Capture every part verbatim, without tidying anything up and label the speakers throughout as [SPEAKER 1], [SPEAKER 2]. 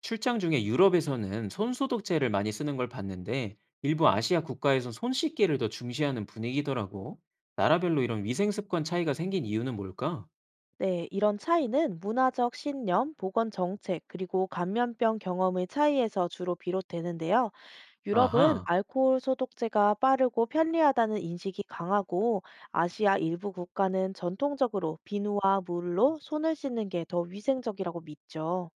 [SPEAKER 1] 출장 중에 유럽에서는 손소독제를 많이 쓰는 걸 봤는데 일부 아시아 국가에선 손 씻기를 더 중시하는 분위기더라고. 나라별로 이런 위생 습관 차이가 생긴 이유는 뭘까?
[SPEAKER 2] 네, 이런 차이는 문화적 신념, 보건 정책, 그리고 감염병 경험의 차이에서 주로 비롯되는데요. 유럽은
[SPEAKER 1] 아하,
[SPEAKER 2] 알코올 소독제가 빠르고 편리하다는 인식이 강하고 아시아 일부 국가는 전통적으로 비누와 물로 손을 씻는 게 더 위생적이라고 믿죠.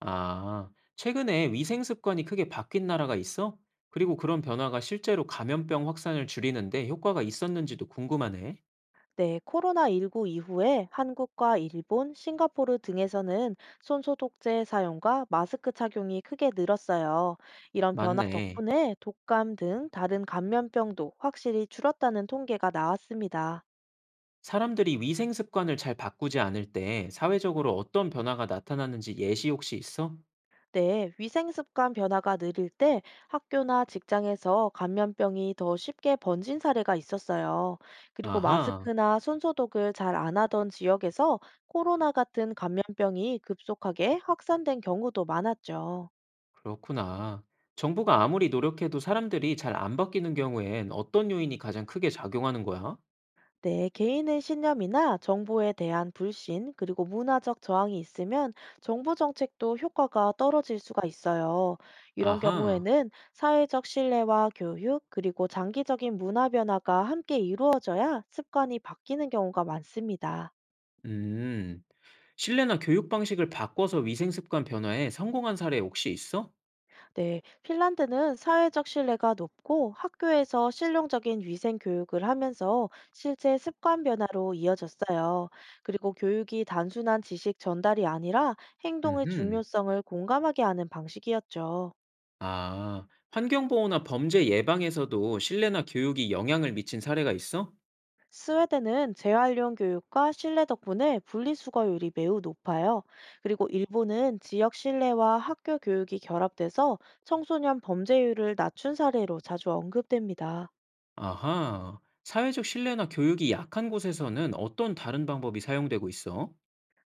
[SPEAKER 1] 아, 최근에 위생 습관이 크게 바뀐 나라가 있어? 그리고 그런 변화가 실제로 감염병 확산을 줄이는데 효과가 있었는지도 궁금하네.
[SPEAKER 2] 네, 코로나십구 이후에 한국과 일본, 싱가포르 등에서는 손 소독제 사용과 마스크 착용이 크게 늘었어요. 이런 변화
[SPEAKER 1] 맞네.
[SPEAKER 2] 덕분에 독감 등 다른 감염병도 확실히 줄었다는 통계가 나왔습니다.
[SPEAKER 1] 사람들이 위생 습관을 잘 바꾸지 않을 때 사회적으로 어떤 변화가 나타나는지 예시 혹시 있어?
[SPEAKER 2] 네, 위생 습관 변화가 느릴 때 학교나 직장에서 감염병이 더 쉽게 번진 사례가 있었어요. 그리고
[SPEAKER 1] 아하.
[SPEAKER 2] 마스크나 손소독을 잘 안 하던 지역에서 코로나 같은 감염병이 급속하게 확산된 경우도 많았죠.
[SPEAKER 1] 그렇구나. 정부가 아무리 노력해도 사람들이 잘 안 바뀌는 경우엔 어떤 요인이 가장 크게 작용하는 거야?
[SPEAKER 2] 네, 개인의 신념이나 정보에 대한 불신, 그리고 문화적 저항이 있으면 정부 정책도 효과가 떨어질 수가 있어요. 이런
[SPEAKER 1] 아하.
[SPEAKER 2] 경우에는 사회적 신뢰와 교육, 그리고 장기적인 문화 변화가 함께 이루어져야 습관이 바뀌는 경우가 많습니다.
[SPEAKER 1] 음. 신뢰나 교육 방식을 바꿔서 위생 습관 변화에 성공한 사례 혹시 있어?
[SPEAKER 2] 네, 핀란드는 사회적 신뢰가 높고 학교에서 실용적인 위생 교육을 하면서 실제 습관 변화로 이어졌어요. 그리고 교육이 단순한 지식 전달이 아니라 행동의
[SPEAKER 1] 음흠.
[SPEAKER 2] 중요성을 공감하게 하는 방식이었죠.
[SPEAKER 1] 아, 환경보호나 범죄 예방에서도 신뢰나 교육이 영향을 미친 사례가 있어?
[SPEAKER 2] 스웨덴은 재활용 교육과 신뢰 덕분에 분리수거율이 매우 높아요. 그리고 일본은 지역 신뢰와 학교 교육이 결합돼서 청소년 범죄율을 낮춘 사례로 자주 언급됩니다.
[SPEAKER 1] 아하. 사회적 신뢰나 교육이 약한 곳에서는 어떤 다른 방법이 사용되고 있어?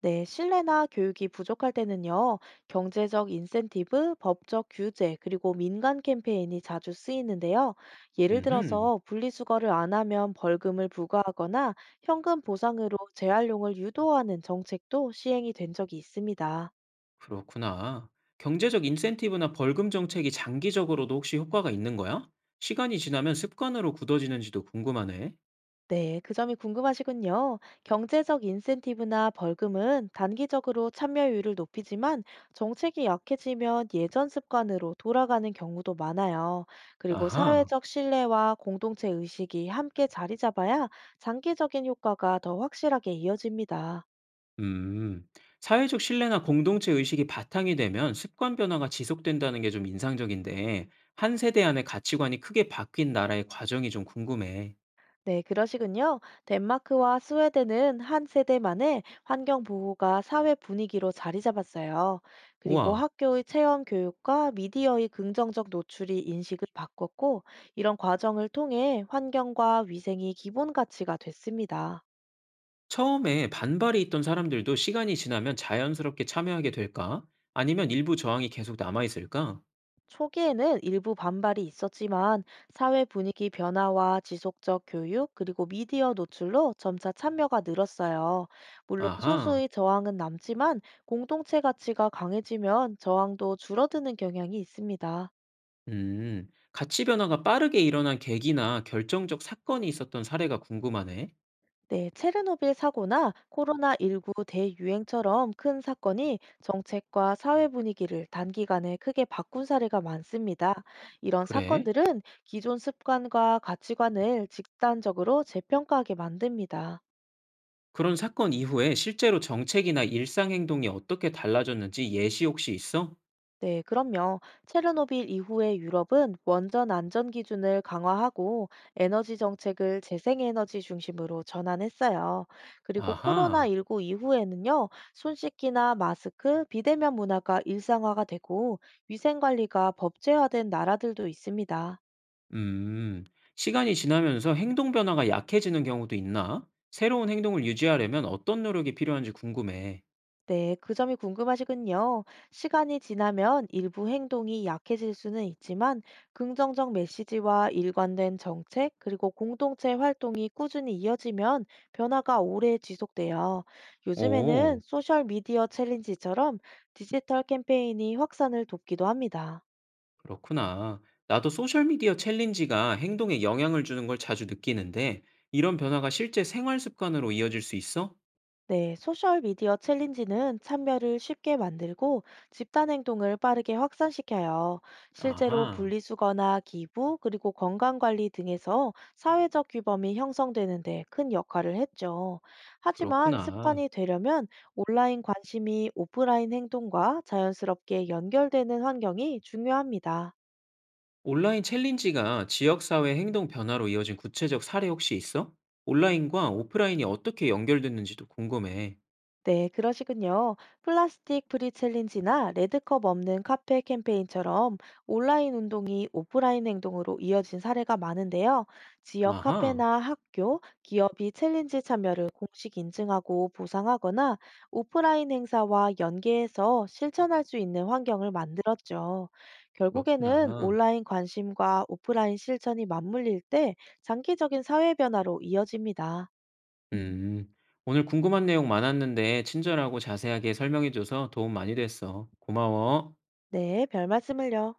[SPEAKER 2] 네, 신뢰나 교육이 부족할 때는요, 경제적 인센티브, 법적 규제, 그리고 민간 캠페인이 자주 쓰이는데요. 예를
[SPEAKER 1] 음흠.
[SPEAKER 2] 들어서 분리수거를 안 하면 벌금을 부과하거나 현금 보상으로 재활용을 유도하는 정책도 시행이 된 적이 있습니다.
[SPEAKER 1] 그렇구나. 경제적 인센티브나 벌금 정책이 장기적으로도 혹시 효과가 있는 거야? 시간이 지나면 습관으로 굳어지는지도 궁금하네.
[SPEAKER 2] 네, 그 점이 궁금하시군요. 경제적 인센티브나 벌금은 단기적으로 참여율을 높이지만 정책이 약해지면 예전 습관으로 돌아가는 경우도 많아요. 그리고
[SPEAKER 1] 아하,
[SPEAKER 2] 사회적 신뢰와 공동체 의식이 함께 자리 잡아야 장기적인 효과가 더 확실하게 이어집니다.
[SPEAKER 1] 음. 사회적 신뢰나 공동체 의식이 바탕이 되면 습관 변화가 지속된다는 게 좀 인상적인데, 한 세대 안에 가치관이 크게 바뀐 나라의 과정이 좀 궁금해.
[SPEAKER 2] 네, 그러시군요. 덴마크와 스웨덴은 한 세대만에 환경 보호가 사회 분위기로 자리 잡았어요. 그리고
[SPEAKER 1] 우와,
[SPEAKER 2] 학교의 체험 교육과 미디어의 긍정적 노출이 인식을 바꿨고, 이런 과정을 통해 환경과 위생이 기본 가치가 됐습니다.
[SPEAKER 1] 처음에 반발이 있던 사람들도 시간이 지나면 자연스럽게 참여하게 될까? 아니면 일부 저항이 계속 남아있을까?
[SPEAKER 2] 초기에는 일부 반발이 있었지만 사회 분위기 변화와 지속적 교육 그리고 미디어 노출로 점차 참여가 늘었어요. 물론
[SPEAKER 1] 아하.
[SPEAKER 2] 소수의 저항은 남지만 공동체 가치가 강해지면 저항도 줄어드는 경향이 있습니다.
[SPEAKER 1] 음, 가치 변화가 빠르게 일어난 계기나 결정적 사건이 있었던 사례가 궁금하네.
[SPEAKER 2] 네, 체르노빌 사고나 코로나십구 대유행처럼 큰 사건이 정책과 사회 분위기를 단기간에 크게 바꾼 사례가 많습니다. 이런
[SPEAKER 1] 그래?
[SPEAKER 2] 사건들은 기존 습관과 가치관을 집단적으로 재평가하게 만듭니다.
[SPEAKER 1] 그런 사건 이후에 실제로 정책이나 일상 행동이 어떻게 달라졌는지 예시 혹시 있어?
[SPEAKER 2] 네, 그럼요. 체르노빌 이후에 유럽은 원전 안전 기준을 강화하고 에너지 정책을 재생에너지 중심으로 전환했어요. 그리고
[SPEAKER 1] 아하.
[SPEAKER 2] 코로나십구 이후에는요, 손 씻기나 마스크, 비대면 문화가 일상화가 되고 위생 관리가 법제화된 나라들도 있습니다.
[SPEAKER 1] 음, 시간이 지나면서 행동 변화가 약해지는 경우도 있나? 새로운 행동을 유지하려면 어떤 노력이 필요한지 궁금해.
[SPEAKER 2] 네, 그 점이 궁금하시군요. 시간이 지나면 일부 행동이 약해질 수는 있지만 긍정적 메시지와 일관된 정책 그리고 공동체 활동이 꾸준히 이어지면 변화가 오래 지속돼요. 요즘에는
[SPEAKER 1] 오,
[SPEAKER 2] 소셜 미디어 챌린지처럼 디지털 캠페인이 확산을 돕기도 합니다.
[SPEAKER 1] 그렇구나. 나도 소셜미디어 챌린지가 행동에 영향을 주는 걸 자주 느끼는데, 이런 변화가 실제 생활 습관으로 이어질 수 있어?
[SPEAKER 2] 네, 소셜미디어 챌린지는 참여를 쉽게 만들고 집단행동을 빠르게 확산시켜요. 실제로
[SPEAKER 1] 아하.
[SPEAKER 2] 분리수거나 기부, 그리고 건강관리 등에서 사회적 규범이 형성되는 데 큰 역할을 했죠. 하지만
[SPEAKER 1] 그렇구나.
[SPEAKER 2] 습관이 되려면 온라인 관심이 오프라인 행동과 자연스럽게 연결되는 환경이 중요합니다.
[SPEAKER 1] 온라인 챌린지가 지역사회 행동 변화로 이어진 구체적 사례 혹시 있어? 온라인과 오프라인이 어떻게 연결됐는지도 궁금해.
[SPEAKER 2] 네, 그러시군요. 플라스틱 프리 챌린지나 레드컵 없는 카페 캠페인처럼 온라인 운동이 오프라인 행동으로 이어진 사례가 많은데요. 지역
[SPEAKER 1] 아하.
[SPEAKER 2] 카페나 학교, 기업이 챌린지 참여를 공식 인증하고 보상하거나 오프라인 행사와 연계해서 실천할 수 있는 환경을 만들었죠.
[SPEAKER 1] 그렇구나.
[SPEAKER 2] 결국에는 온라인 관심과 오프라인 실천이 맞물릴 때 장기적인 사회 변화로 이어집니다.
[SPEAKER 1] 음. 오늘 궁금한 내용 많았는데 친절하고 자세하게 설명해줘서 도움 많이 됐어. 고마워.
[SPEAKER 2] 네, 별 말씀을요.